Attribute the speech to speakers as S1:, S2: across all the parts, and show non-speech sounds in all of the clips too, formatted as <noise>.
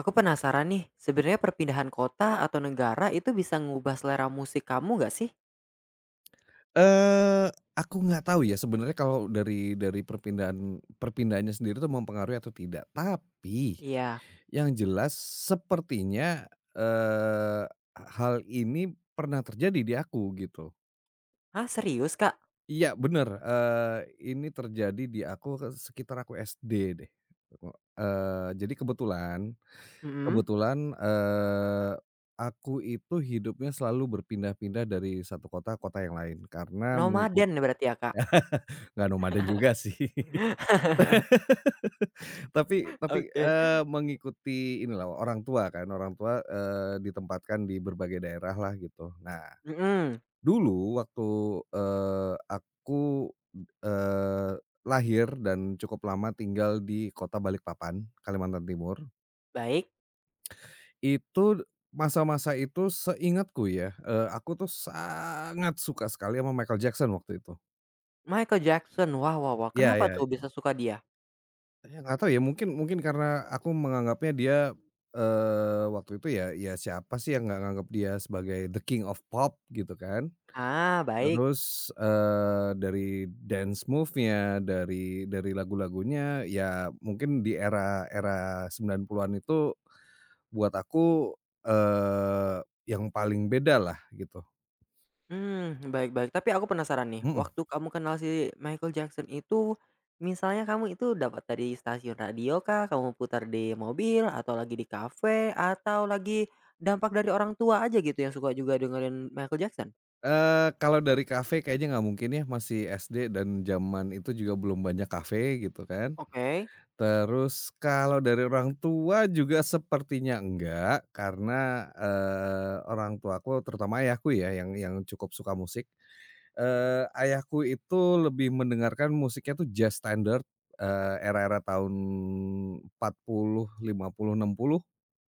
S1: Aku penasaran nih, sebenarnya perpindahan kota atau negara itu bisa ngubah selera musik kamu nggak sih?
S2: Aku nggak tahu ya sebenarnya kalau dari perpindahannya sendiri itu mempengaruhi atau tidak, tapi
S1: Iya.
S2: yang jelas sepertinya, eee, hal ini pernah terjadi di aku gitu.
S1: Ah serius, Kak?
S2: Iya bener. Ini terjadi di aku ke sekitar aku SD deh. Jadi kebetulan
S1: Mhm.
S2: kebetulan, eee, aku itu hidupnya selalu berpindah-pindah dari satu kota ke kota yang lain karena mengikut.
S1: Nomaden berarti ya, Kak?
S2: Nggak nomaden juga sih.
S1: <laughs>
S2: <laughs> Tapi tapi,
S1: Oke.
S2: eee, mengikuti inilah orang tua kan, orang tua, ditempatkan di berbagai daerah lah gitu. Nah,
S1: Mhm,
S2: dulu waktu, aku, eee, lahir dan cukup lama tinggal di kota Balikpapan, Kalimantan Timur.
S1: baik.
S2: Itu masa-masa itu seingatku ya, aku tuh sangat suka sekali sama Michael Jackson waktu itu.
S1: Michael Jackson, wah wah wah,
S2: Ya,
S1: kenapa
S2: ya.
S1: tuh bisa suka dia?
S2: Ya nggak tahu ya, mungkin mungkin karena aku menganggapnya dia, waktu itu ya ya siapa sih yang nggak nganggap dia sebagai the king of pop gitu kan.
S1: Ah, baik.
S2: Terus, dari dance move-nya, dari lagu-lagunya, ya mungkin di era era 90-an itu buat aku, eee, yang paling beda lah gitu,
S1: Mmm, baik baik. Tapi aku penasaran nih,
S2: mhm.
S1: waktu kamu kenal si Michael Jackson itu, misalnya kamu itu dapat dari stasiun radio kah, kamu putar di mobil, atau lagi di kafe, atau lagi dampak dari orang tua aja gitu yang suka juga dengerin Michael Jackson?
S2: Kalau dari kafe kayaknya nggak mungkin ya, masih SD dan zaman itu juga belum banyak kafe gitu kan.
S1: Oke.
S2: Terus kalau dari orang tua juga sepertinya enggak, karena, orang tuaku terutama ayahku ya yang cukup suka musik. Ayahku itu lebih mendengarkan musiknya tuh jazz standard, era-era tahun empat puluh lima puluh enam puluh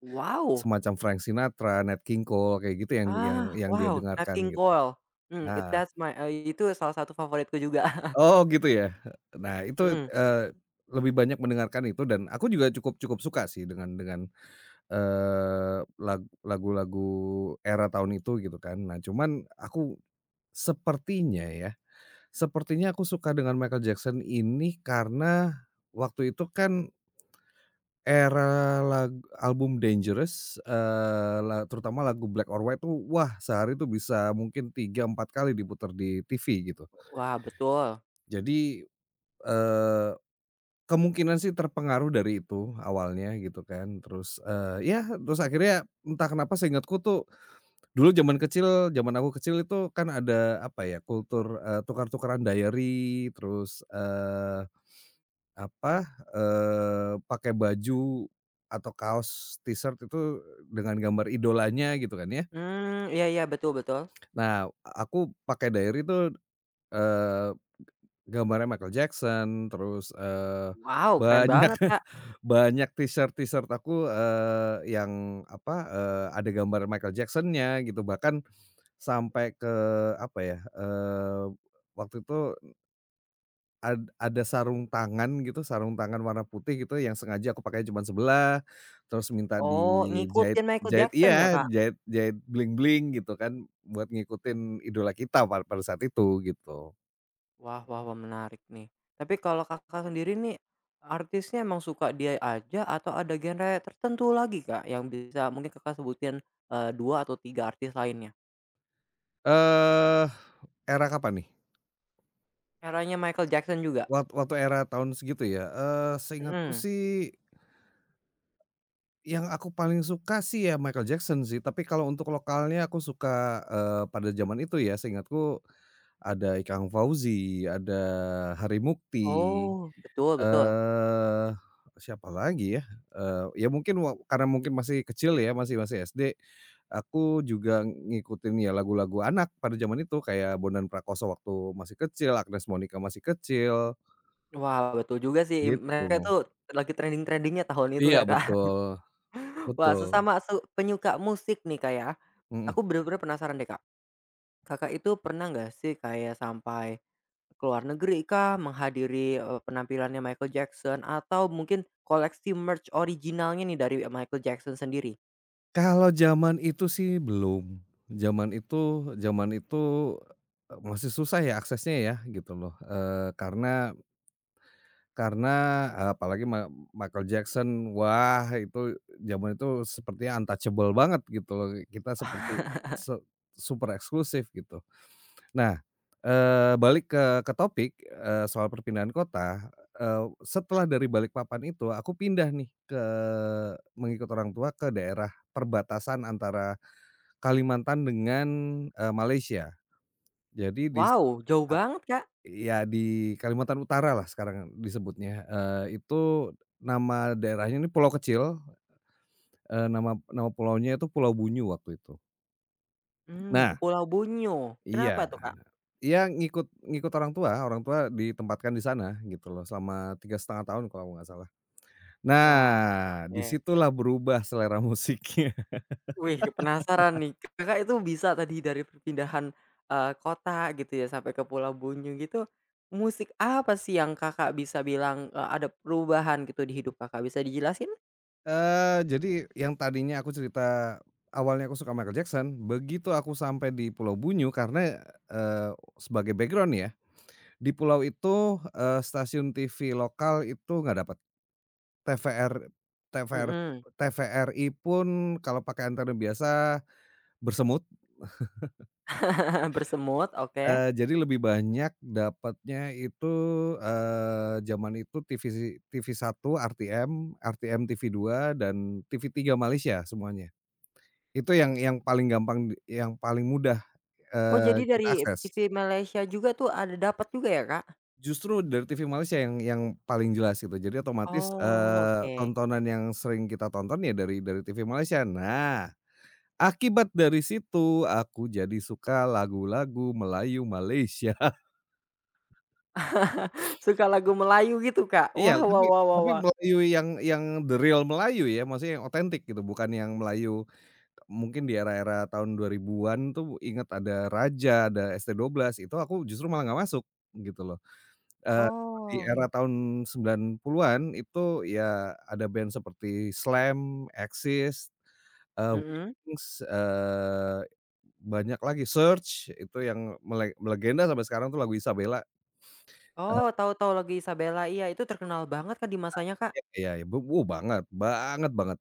S1: Wow!
S2: semacam Frank Sinatra, Nat King Cole kayak gitu yang yang
S1: Ah,
S2: yang dia
S1: wow, Nat
S2: dengarkan
S1: King
S2: gitu.
S1: Cole. Mmm, it
S2: Nah,
S1: that's my itu salah satu favoritku juga. <laughs>
S2: oh gitu ya? Nah itu,
S1: Mhm.
S2: lebih banyak mendengarkan itu dan aku juga cukup cukup suka sih dengan Eee, lag lagu-lagu era tahun itu gitu kan. Nah cuman aku sepertinya ya, sepertinya aku suka dengan Michael Jackson ini karena waktu itu kan era lag album Dangerous, eee, la terutama lagu Black or White tuh wah sehari tuh bisa mungkin 3 4 kali diputar di TV gitu.
S1: Wah, betul.
S2: Jadi, eee, kemungkinan sih terpengaruh dari itu awalnya gitu kan. Terus, ya terus akhirnya entah kenapa seingatku tuh dulu zaman kecil, zaman aku kecil itu kan ada apa ya, kultur, tukar-tukaran diary, terus, apa, pakai baju atau kaos T-shirt itu dengan gambar idolanya gitu kan ya.
S1: Mmm, iya iya, betul betul.
S2: Nah, aku pakai diary itu, eee, gambarnya Michael Jackson, terus,
S1: Wow, keren
S2: banyak
S1: banget, Kak.
S2: <laughs> banyak T-shirt aku, yang apa, ada gambar Michael Jackson-nya gitu, bahkan sampai ke apa ya, waktu itu ada sarung tangan gitu, sarung tangan warna putih gitu yang sengaja aku pakainya cuman sebelah, terus minta
S1: Oh,
S2: dijahit
S1: ngikutin Michael
S2: jahit,
S1: Jackson ya,
S2: iya,
S1: Kak?
S2: jahit jahit bling-bling gitu kan, buat ngikutin idola kita pada saat itu gitu.
S1: Wah wah wah, menarik nih. Tapi kalau Kakak sendiri nih, artisnya emang suka dia aja atau ada genre tertentu lagi, Kak, yang bisa mungkin Kakak sebutin, 2 atau 3 artis lainnya?
S2: Eee, era kapan nih?
S1: Eranya Michael Jackson juga?
S2: Waktu era tahun segitu ya? Seingatku
S1: Mhm.
S2: sih yang aku paling suka sih ya Michael Jackson sih, tapi kalau untuk lokalnya aku suka, pada zaman itu ya seingatku ada Ikang Fauzi, ada Hari Mukti,
S1: Oh. Betul betul.
S2: eee, siapa lagi ya, ya mungkin karena mungkin masih kecil ya, masih masih SD, aku juga ngikutin ya lagu-lagu anak pada zaman itu, kayak Bondan Prakoso waktu masih kecil, Agnes Monica masih kecil,
S1: Wah, betul juga sih, mereka
S2: gitu.
S1: tuh lagi trending trendingnya tahun itu
S2: Iya,
S1: ya, Kak.
S2: betul
S1: <laughs> Wah,
S2: betul,
S1: sesama penyuka musik nih, Kak, ya. Aku
S2: mhm.
S1: bener-bener penasaran deh, Kak. Kakak itu pernah nggak sih kayak sampai ke luar negeri kah, menghadiri, penampilannya Michael Jackson, atau mungkin koleksi merch originalnya nih dari Michael Jackson sendiri?
S2: Kalau zaman itu sih belum, zaman itu zaman itu, masih susah ya aksesnya ya, gitu loh, eee, karena, eee, apalagi Michael Jackson, wah itu zaman itu sepertinya untouchable banget gitu loh, kita seperti se super eksklusif gitu. Nah, balik ke topik, soal perpindahan kota. Setelah dari Balikpapan itu aku pindah nih mengikut orang tua ke daerah perbatasan antara Kalimantan dengan, Malaysia. Jadi di si
S1: Wow, jauh banget, Kak.
S2: Ya di Kalimantan Utara lah sekarang disebutnya, itu nama daerahnya ini pulau kecil, nama nama pulaunya itu Pulau Bunyu waktu itu.
S1: Mmm,
S2: Nah,
S1: Pulau Bunyu.
S2: iya,
S1: Kenapa tuh, Kak?
S2: iya, ngikut ngikut orang tua ditempatkan di sana gitu loh selama 3,5 tahun kalau nggak salah.
S1: Wah,
S2: Nah,
S1: oke.
S2: disitulah berubah selera musiknya. <laughs>
S1: Wih, penasaran nih. Kakak itu bisa tadi dari perpindahan, kota gitu ya sampai ke Pulau Bunyu gitu, musik apa sih yang Kakak bisa bilang, ada perubahan gitu di hidup Kakak, bisa dijelasin?
S2: Jadi yang tadinya aku cerita awalnya aku suka Michael Jackson, begitu aku sampai di Pulau Bunyu karena, eee, sebagai background ya. Di pulau itu, stasiun TV lokal itu nggak dapat, TVR TVR
S1: Mhm.
S2: TVRI pun kalau pakai antena biasa bersemut,
S1: <laughs> Bersemut, oke.
S2: jadi lebih banyak dapatnya itu, zaman itu tv satu RTM, RTM tv dua dan tv tiga Malaysia semuanya. Itu yang paling gampang, yang paling mudah,
S1: Oh jadi
S2: kita
S1: dari
S2: akses.
S1: TV Malaysia juga tuh ada dapat juga ya, Kak?
S2: Justru dari TV Malaysia yang paling jelas gitu. Jadi otomatis,
S1: Oh, oke.
S2: tontonan yang sering kita tonton ya dari TV Malaysia. Nah, akibat dari situ aku jadi suka lagu-lagu Melayu Malaysia. <laughs>
S1: <laughs> Suka lagu Melayu gitu, Kak?
S2: Iya,
S1: Wah wah
S2: tapi
S1: wah wah
S2: tapi
S1: wah.
S2: Melayu yang the real Melayu ya, maksudnya yang otentik gitu, bukan yang Melayu mungkin di era-era tahun 2000-an tuh inget ada Raja, ada ST12, itu aku justru malah nggak masuk, gitu loh. Eee, di
S1: Oh.
S2: era tahun 90-an itu ya ada band seperti Slam, Axis, eee,
S1: Mhm.
S2: Wings, banyak lagi, Search itu yang melegenda sampai sekarang tuh lagu Isabella. eee,
S1: Oh, tahu tahu lagi Isabella, iya itu terkenal banget kan di masanya, Kak.
S2: iya iya, iya, wuh banget, banget banget.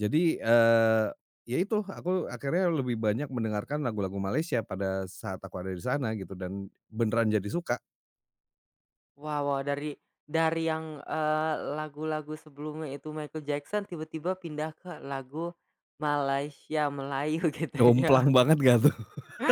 S2: Jadi, ya itu aku akhirnya lebih banyak mendengarkan lagu-lagu Malaysia pada saat aku ada di sana gitu dan beneran jadi suka.
S1: Wah wah dari yang, lagu-lagu sebelumnya itu Michael Jackson tiba-tiba pindah ke lagu Malaysia Melayu <laughs> gitu ya.
S2: Jomplang banget nggak tuh?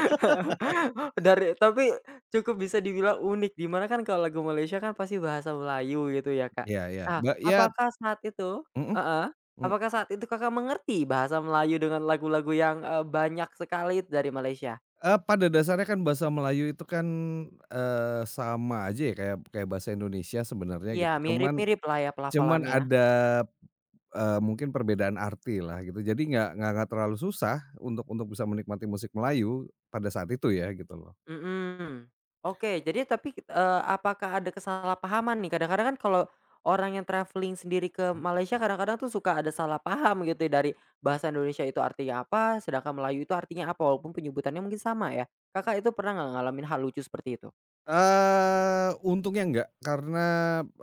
S1: <laughs> Dari tapi cukup bisa dibilang unik, di mana kan kalau lagu Malaysia kan pasti bahasa Melayu gitu ya, Kak.
S2: Iya iya,
S1: Ah
S2: ya,
S1: apakah saat itu
S2: mhm
S1: heeh,
S2: mhm.
S1: apakah saat itu Kakak mengerti bahasa Melayu dengan lagu-lagu yang, banyak sekali dari Malaysia?
S2: Pada dasarnya kan bahasa Melayu itu kan, sama aja ya kayak kayak bahasa Indonesia sebenarnya
S1: Iya,
S2: gitu. Cuman
S1: mirip-mirip lah ya
S2: cuman
S1: pelafalannya.
S2: ada, mungkin perbedaan arti lah gitu. Jadi nggak terlalu susah untuk bisa menikmati musik Melayu pada saat itu ya gitu loh.
S1: Mhm. Oke, jadi tapi, apakah ada kesalahpahaman nih? Kadang-kadang kan kalau orang yang traveling sendiri ke Malaysia kadang-kadang tuh suka ada salah paham gitu ya, dari bahasa Indonesia itu artinya apa, sedangkan Melayu itu artinya apa, walaupun penyebutannya mungkin sama ya. Kakak itu pernah nggak ngalamin hal lucu seperti itu?
S2: Untungnya enggak karena,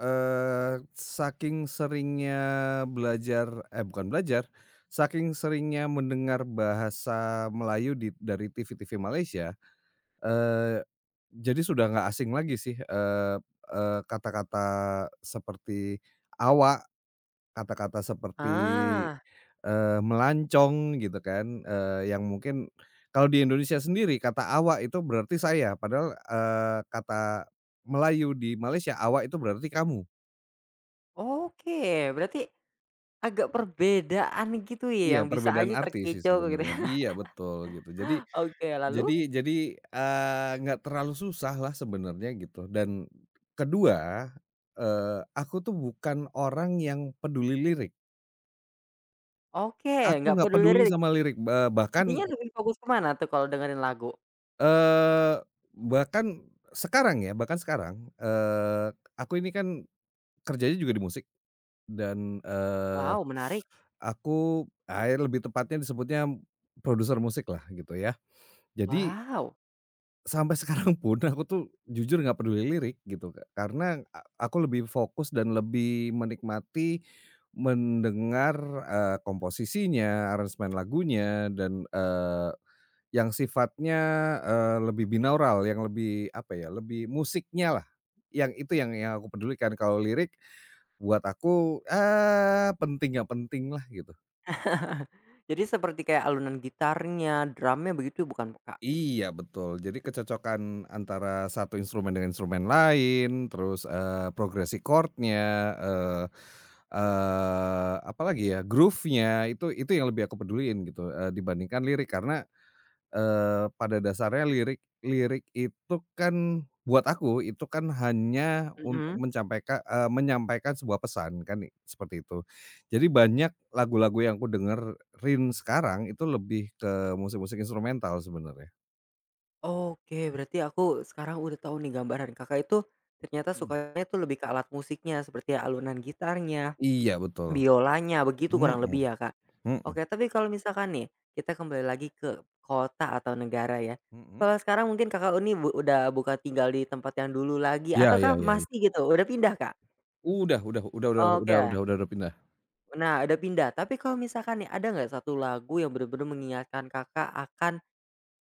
S2: saking seringnya belajar, eh, bukan belajar, saking seringnya mendengar bahasa Melayu dari TV-TV Malaysia. eee Jadi sudah nggak asing lagi sih. Eee eee, Kata-kata seperti awak, kata-kata seperti,
S1: Ah,
S2: melancong gitu kan, yang mungkin kalau di Indonesia sendiri kata awak itu berarti saya, padahal, kata Melayu di Malaysia awak itu berarti kamu.
S1: oke. Berarti agak perbedaan gitu ya,
S2: Iya
S1: yang bisa
S2: perbedaan
S1: aja
S2: arti sih
S1: terkecoh gitu
S2: sebenarnya.
S1: ya.
S2: Iya betul gitu. Jadi
S1: <laughs> Oke, lalu?
S2: Jadi jadi, eee, nggak terlalu susah lah sebenarnya gitu dan kedua, aku tuh bukan orang yang peduli lirik.
S1: Oke,
S2: Aku
S1: nggak
S2: nggak
S1: peduli
S2: peduli
S1: lirik.
S2: sama lirik, bahkan,
S1: Jadinya lebih fokus ke mana tuh kalau dengerin lagu?
S2: eee, bahkan sekarang ya, bahkan sekarang, eee, aku ini kan kerjanya juga di musik dan,
S1: Wow, menarik.
S2: ya lebih tepatnya disebutnya produser musik lah gitu ya. Jadi
S1: Wow.
S2: sampai sekarang pun <laughs> aku tuh jujur nggak peduli lirik gitu, Kak, karena aku lebih fokus dan lebih menikmati mendengar, komposisinya, aransemen lagunya dan, yang sifatnya, lebih binaural, yang lebih apa ya, lebih musiknya lah. Yang itu yang aku pedulikan. Kalau lirik buat aku, penting nggak penting lah gitu.
S1: Jadi seperti kayak alunan gitarnya, drumnya begitu ya, bukan, Kak?
S2: Iya betul, jadi kecocokan antara satu instrumen dengan instrumen lain, terus, progresi chord-nya, apalagi ya, groove-nya, itu yang lebih aku peduliin gitu, dibandingkan lirik. Karena, pada dasarnya lirik lirik itu kan buat aku, itu kan hanya untuk
S1: Mhm.
S2: menyampaikan sebuah pesan kan, seperti itu. Jadi banyak lagu-lagu yang aku dengerin sekarang, itu lebih ke musik-musik instrumental sebenarnya.
S1: Oke, berarti aku sekarang udah tahu nih gambaran Kakak itu ternyata
S2: Mhm.
S1: sukanya tuh lebih ke alat musiknya seperti alunan gitarnya,
S2: Iya betul,
S1: biolanya, begitu kurang
S2: mhm
S1: lebih ya, Kak?
S2: mhm
S1: Oke, tapi kalau misalkan nih kita kembali lagi ke kota atau negara ya.
S2: mhm,
S1: Kalau sekarang mungkin Kakak ini udah bukan tinggal di tempat yang dulu lagi
S2: iya iya
S1: ataukah
S2: iya iya,
S1: masih gitu, udah pindah, Kak? Oke.
S2: udah pindah.
S1: Nah, udah pindah. Tapi kalau misalkan nih, ada nggak satu lagu yang bener-bener mengingatkan Kakak akan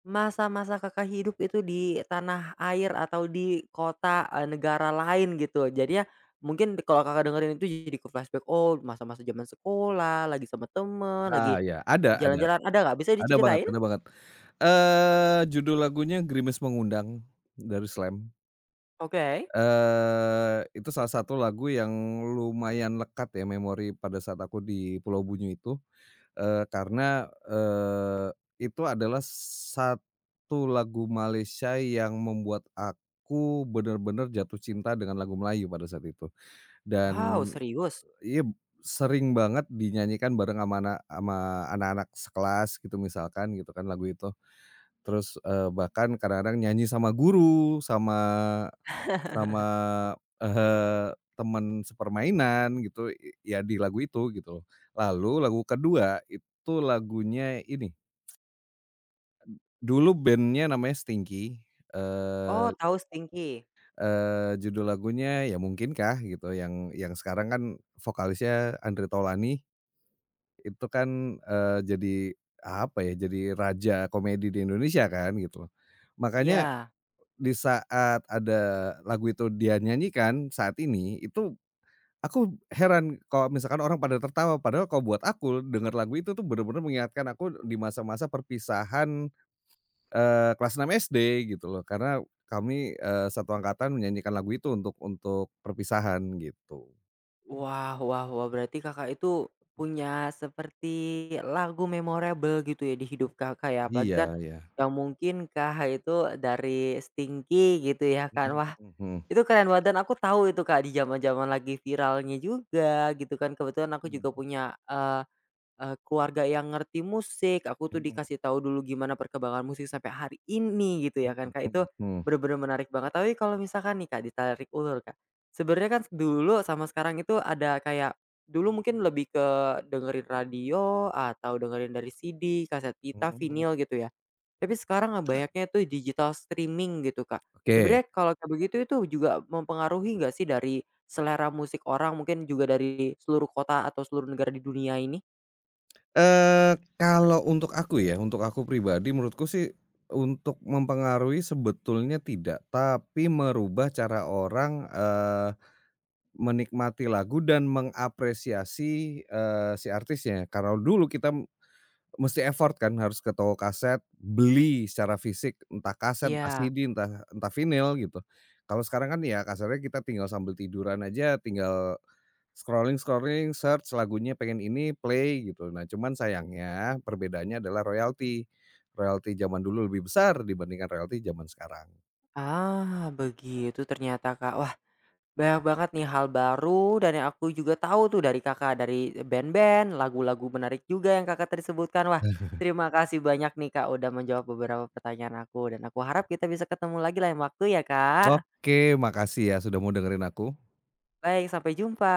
S1: masa-masa Kakak hidup itu di tanah air atau di kota, negara lain gitu? Jadinya mungkin kalau Kakak dengerin itu jadi ke-flashback, oh masa-masa zaman sekolah, lagi sama temen,
S2: Nah
S1: lagi
S2: ya,
S1: jalan-jalan, ada nggak? Bisa diceritain?
S2: ada banget, judul lagunya Gerimis Mengundang dari Slam.
S1: Oke.
S2: Itu salah satu lagu yang lumayan lekat ya memori pada saat aku di Pulau Bunyu itu, karena, itu adalah satu lagu Malaysia yang membuat aku bener-bener jatuh cinta dengan lagu Melayu pada saat itu.
S1: Wow,
S2: Dan
S1: serius?
S2: iya sering banget dinyanyikan bareng sama anak-anak sekelas gitu misalkan gitu kan lagu itu. Terus, bahkan kadang-kadang nyanyi sama guru, sama sama, eee, teman sepermainan gitu, ya di lagu itu gitu. Lalu lagu kedua itu lagunya ini, dulu bandnya namanya Stinky. Eee
S1: Oh, tahu Stinky?
S2: eee, Judul lagunya "Ya Mungkinkah" gitu yang sekarang kan vokalisnya Andre Taulany. Itu kan, jadi apa ya, jadi raja komedi di Indonesia kan gitu loh. Makanya
S1: Iya.
S2: di saat ada lagu itu dia nyanyikan saat ini, itu aku heran kalau misalkan orang pada tertawa, padahal kalau buat aku denger lagu itu tuh bener-bener mengingatkan aku di masa-masa perpisahan, kelas 6 SD gitu loh, karena kami, satu angkatan menyanyikan lagu itu untuk perpisahan gitu.
S1: Wah wah wah, berarti Kakak itu punya seperti lagu memorable gitu ya di hidup Kakak ya, apalagi kan
S2: Iya ya,
S1: yang mungkin Kakak itu dari Stinky gitu ya kan. Wah,
S2: mhm,
S1: itu keren banget dan aku tahu itu Kak, di zaman-zaman lagi viralnya juga gitu kan, kebetulan aku
S2: mhm.
S1: juga punya, eh, keluarga yang ngerti musik, aku tuh
S2: Mhm mhm
S1: dikasih tahu dulu gimana perkembangan musik sampai hari ini gitu
S2: mhm
S1: ya kan, Kak,
S2: mhm
S1: itu
S2: mhm.
S1: bener-bener menarik banget. Tapi kalau misalkan nih, Kak, ditarik ulur, Kak, sebenarnya kan dulu sama sekarang itu ada kayak dulu mungkin lebih ke dengerin radio atau dengerin dari CD, kaset pita,
S2: Mhm mhm.
S1: vinil gitu ya. Tapi sekarang banyaknya tuh digital streaming gitu, Kak.
S2: Oke.
S1: Sebenarnya kalau kayak begitu itu juga mempengaruhi nggak sih dari selera musik orang mungkin juga dari seluruh kota atau seluruh negara di dunia ini?
S2: eee, Kalau untuk aku ya, untuk aku pribadi menurutku sih untuk mempengaruhi sebetulnya tidak, tapi merubah cara orang, menikmati lagu dan mengapresiasi, si artisnya. Kalau dulu kita mesti effort kan, harus ke toko kaset, beli secara fisik, entah kaset, entah
S1: Iya.
S2: CD, entah entah vinil gitu. Kalau sekarang kan ya kasarnya kita tinggal sambil tiduran aja, tinggal Scrolling scrolling, search lagunya pengen ini, play gitu. Nah, cuman sayangnya perbedaannya adalah royalti. Royalti zaman dulu lebih besar dibandingkan royalti zaman sekarang.
S1: Ah, begitu ternyata, Kak. Wah, banyak banget nih hal baru dan yang aku juga tahu tuh dari Kakak, dari band-band, lagu-lagu menarik juga yang Kakak tadi sebutkan. Wah,
S2: Nah.
S1: terima kasih banyak nih, Kak, udah menjawab beberapa pertanyaan aku dan aku harap kita bisa ketemu lagi lain waktu ya, Kak.
S2: Oke, makasih ya sudah mau dengerin aku.
S1: Baik, sampai jumpa.